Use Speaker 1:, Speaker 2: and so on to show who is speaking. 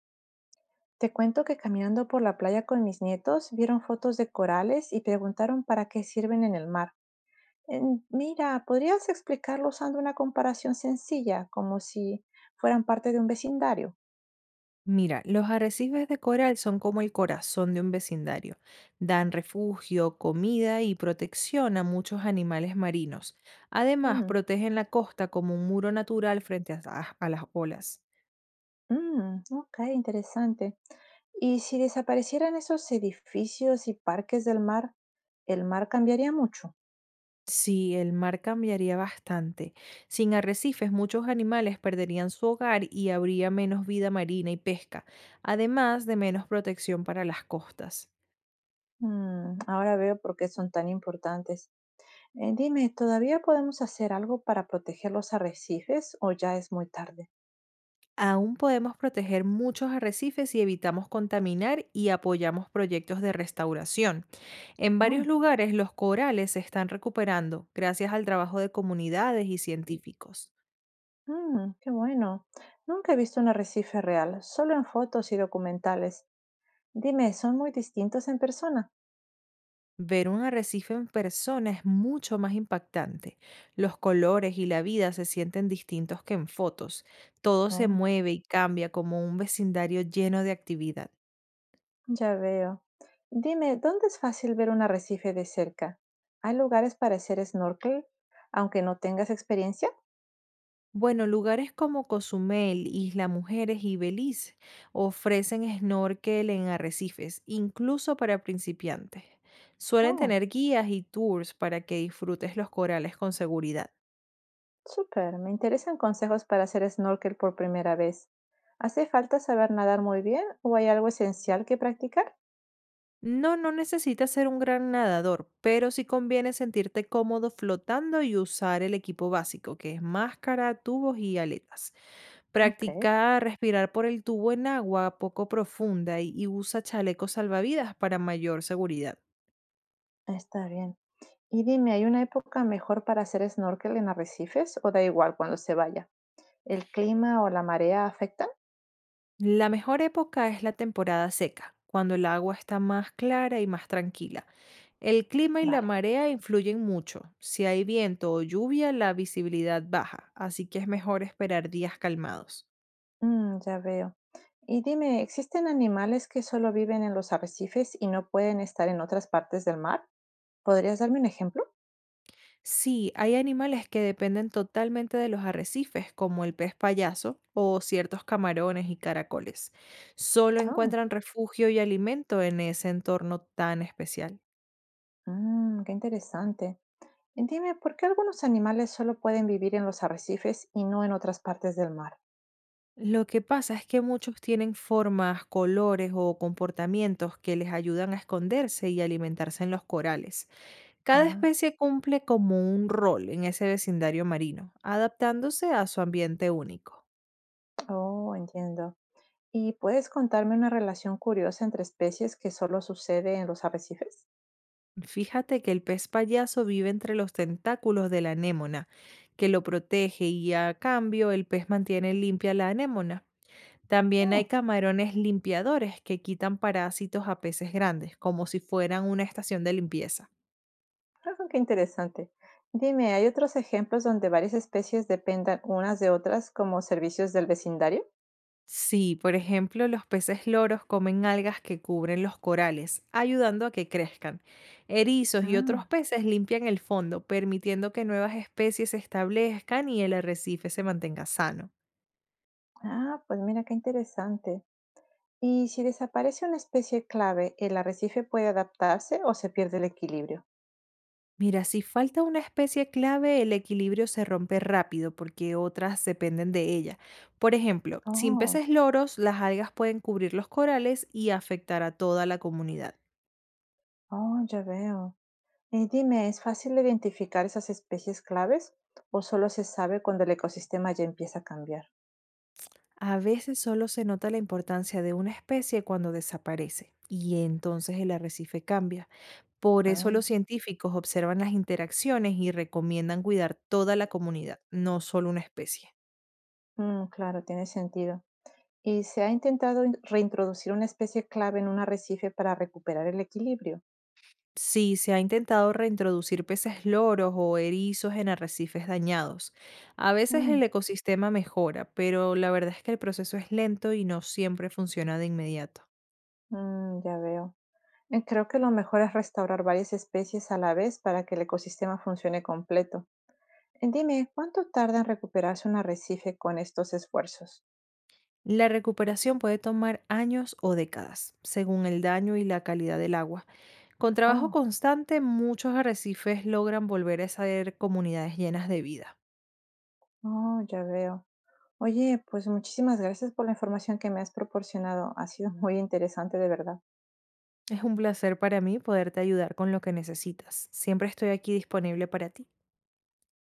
Speaker 1: Te cuento que caminando por la playa con mis nietos vieron fotos de corales y preguntaron para qué sirven en el mar. Mira, ¿podrías explicarlo usando una comparación sencilla, como si fueran parte de un vecindario?
Speaker 2: Mira, los arrecifes de coral son como el corazón de un vecindario. Dan refugio, comida y protección a muchos animales marinos. Además,
Speaker 1: Mm,
Speaker 2: protegen la costa como un muro natural frente a las olas.
Speaker 1: mm, ok, interesante. ¿Y si desaparecieran esos edificios y parques del mar, el mar cambiaría mucho?
Speaker 2: Sí, el mar cambiaría bastante. Sin arrecifes, muchos animales perderían su hogar y habría menos vida marina y pesca, además de menos protección para las costas.
Speaker 1: Ahora veo por qué son tan importantes. Dime, ¿todavía podemos hacer algo para proteger los arrecifes o ya es muy tarde?
Speaker 2: Aún podemos proteger muchos arrecifes si evitamos contaminar y apoyamos proyectos de restauración. En varios
Speaker 1: Oh.
Speaker 2: lugares los corales se están recuperando gracias al trabajo de comunidades y científicos.
Speaker 1: Qué bueno. Nunca he visto un arrecife real, solo en fotos y documentales. Dime, ¿son muy distintos en persona?
Speaker 2: Ver un arrecife en persona es mucho más impactante. Los colores y la vida se sienten distintos que en fotos. Todo se
Speaker 1: Oh,
Speaker 2: mueve y cambia como un vecindario lleno de actividad.
Speaker 1: ya veo. Dime, ¿dónde es fácil ver un arrecife de cerca? ¿Hay lugares para hacer snorkel, aunque no tengas experiencia?
Speaker 2: Bueno, lugares como Cozumel, Isla Mujeres y Belice ofrecen snorkel en arrecifes, incluso para principiantes. Suelen
Speaker 1: Oh,
Speaker 2: tener guías y tours para que disfrutes los corales con seguridad.
Speaker 1: súper. Me interesan consejos para hacer snorkel por primera vez. ¿Hace falta saber nadar muy bien o hay algo esencial que practicar?
Speaker 2: No, no necesitas ser un gran nadador, pero sí conviene sentirte cómodo flotando y usar el equipo básico, que es máscara, tubos y aletas.
Speaker 1: Ok,
Speaker 2: Practica respirar por el tubo en agua poco profunda y usa chalecos salvavidas para mayor seguridad.
Speaker 1: está bien. Y dime, ¿hay una época mejor para hacer snorkel en arrecifes o da igual cuando se vaya? ¿El clima o la marea afectan?
Speaker 2: La mejor época es la temporada seca, cuando el agua está más clara y más tranquila. El clima y la
Speaker 1: Vale,
Speaker 2: marea influyen mucho. Si hay viento o lluvia, la visibilidad baja, así que es mejor esperar días calmados.
Speaker 1: Ya veo. Y dime, ¿existen animales que solo viven en los arrecifes y no pueden estar en otras partes del mar? ¿Podrías darme un ejemplo?
Speaker 2: Sí, hay animales que dependen totalmente de los arrecifes, como el pez payaso o ciertos camarones y caracoles. Solo
Speaker 1: Oh,
Speaker 2: encuentran refugio y alimento en ese entorno tan especial.
Speaker 1: qué interesante. Y dime, ¿por qué algunos animales solo pueden vivir en los arrecifes y no en otras partes del mar?
Speaker 2: Lo que pasa es que muchos tienen formas, colores o comportamientos que les ayudan a esconderse y alimentarse en los corales. Cada
Speaker 1: Ah,
Speaker 2: especie cumple como un rol en ese vecindario marino, adaptándose a su ambiente único.
Speaker 1: oh, entiendo. ¿Y puedes contarme una relación curiosa entre especies que solo sucede en los arrecifes?
Speaker 2: Fíjate que el pez payaso vive entre los tentáculos de la anémona, que lo protege y a cambio el pez mantiene limpia la anémona. También hay
Speaker 1: Oh,
Speaker 2: camarones limpiadores que quitan parásitos a peces grandes, como si fueran una estación de limpieza.
Speaker 1: qué interesante. Dime, ¿hay otros ejemplos donde varias especies dependan unas de otras como servicios del vecindario?
Speaker 2: Sí, por ejemplo, los peces loros comen algas que cubren los corales, ayudando a que crezcan. Erizos y otros
Speaker 1: Ah,
Speaker 2: peces limpian el fondo, permitiendo que nuevas especies se establezcan y el arrecife se mantenga sano.
Speaker 1: ah, pues mira qué interesante. ¿Y si desaparece una especie clave, el arrecife puede adaptarse o se pierde el equilibrio?
Speaker 2: Mira, si falta una especie clave, el equilibrio se rompe rápido porque otras dependen de ella. Por ejemplo, sin
Speaker 1: Oh,
Speaker 2: peces loros, las algas pueden cubrir los corales y afectar a toda la comunidad.
Speaker 1: oh, ya veo. Y dime, ¿es fácil identificar esas especies claves o solo se sabe cuando el ecosistema ya empieza a cambiar?
Speaker 2: A veces solo se nota la importancia de una especie cuando desaparece, y entonces el arrecife cambia. Por eso
Speaker 1: Ah.
Speaker 2: los científicos observan las interacciones y recomiendan cuidar toda la comunidad, no solo una especie.
Speaker 1: Mm, claro, tiene sentido. ¿Y se ha intentado reintroducir una especie clave en un arrecife para recuperar el equilibrio?
Speaker 2: Sí, se ha intentado reintroducir peces loros o erizos en arrecifes dañados. A veces el
Speaker 1: Mm,
Speaker 2: ecosistema mejora, pero la verdad es que el proceso es lento y no siempre funciona de inmediato.
Speaker 1: mm, ya veo. Creo que lo mejor es restaurar varias especies a la vez para que el ecosistema funcione completo. Dime, ¿cuánto tarda en recuperarse un arrecife con estos esfuerzos?
Speaker 2: La recuperación puede tomar años o décadas, según el daño y la calidad del agua. Con trabajo
Speaker 1: Oh,
Speaker 2: constante, muchos arrecifes logran volver a ser comunidades llenas de vida.
Speaker 1: oh, ya veo. Oye, pues muchísimas gracias por la información que me has proporcionado. Ha sido muy interesante, de verdad.
Speaker 2: Es un placer para mí poderte ayudar con lo que necesitas. Siempre estoy aquí disponible para ti.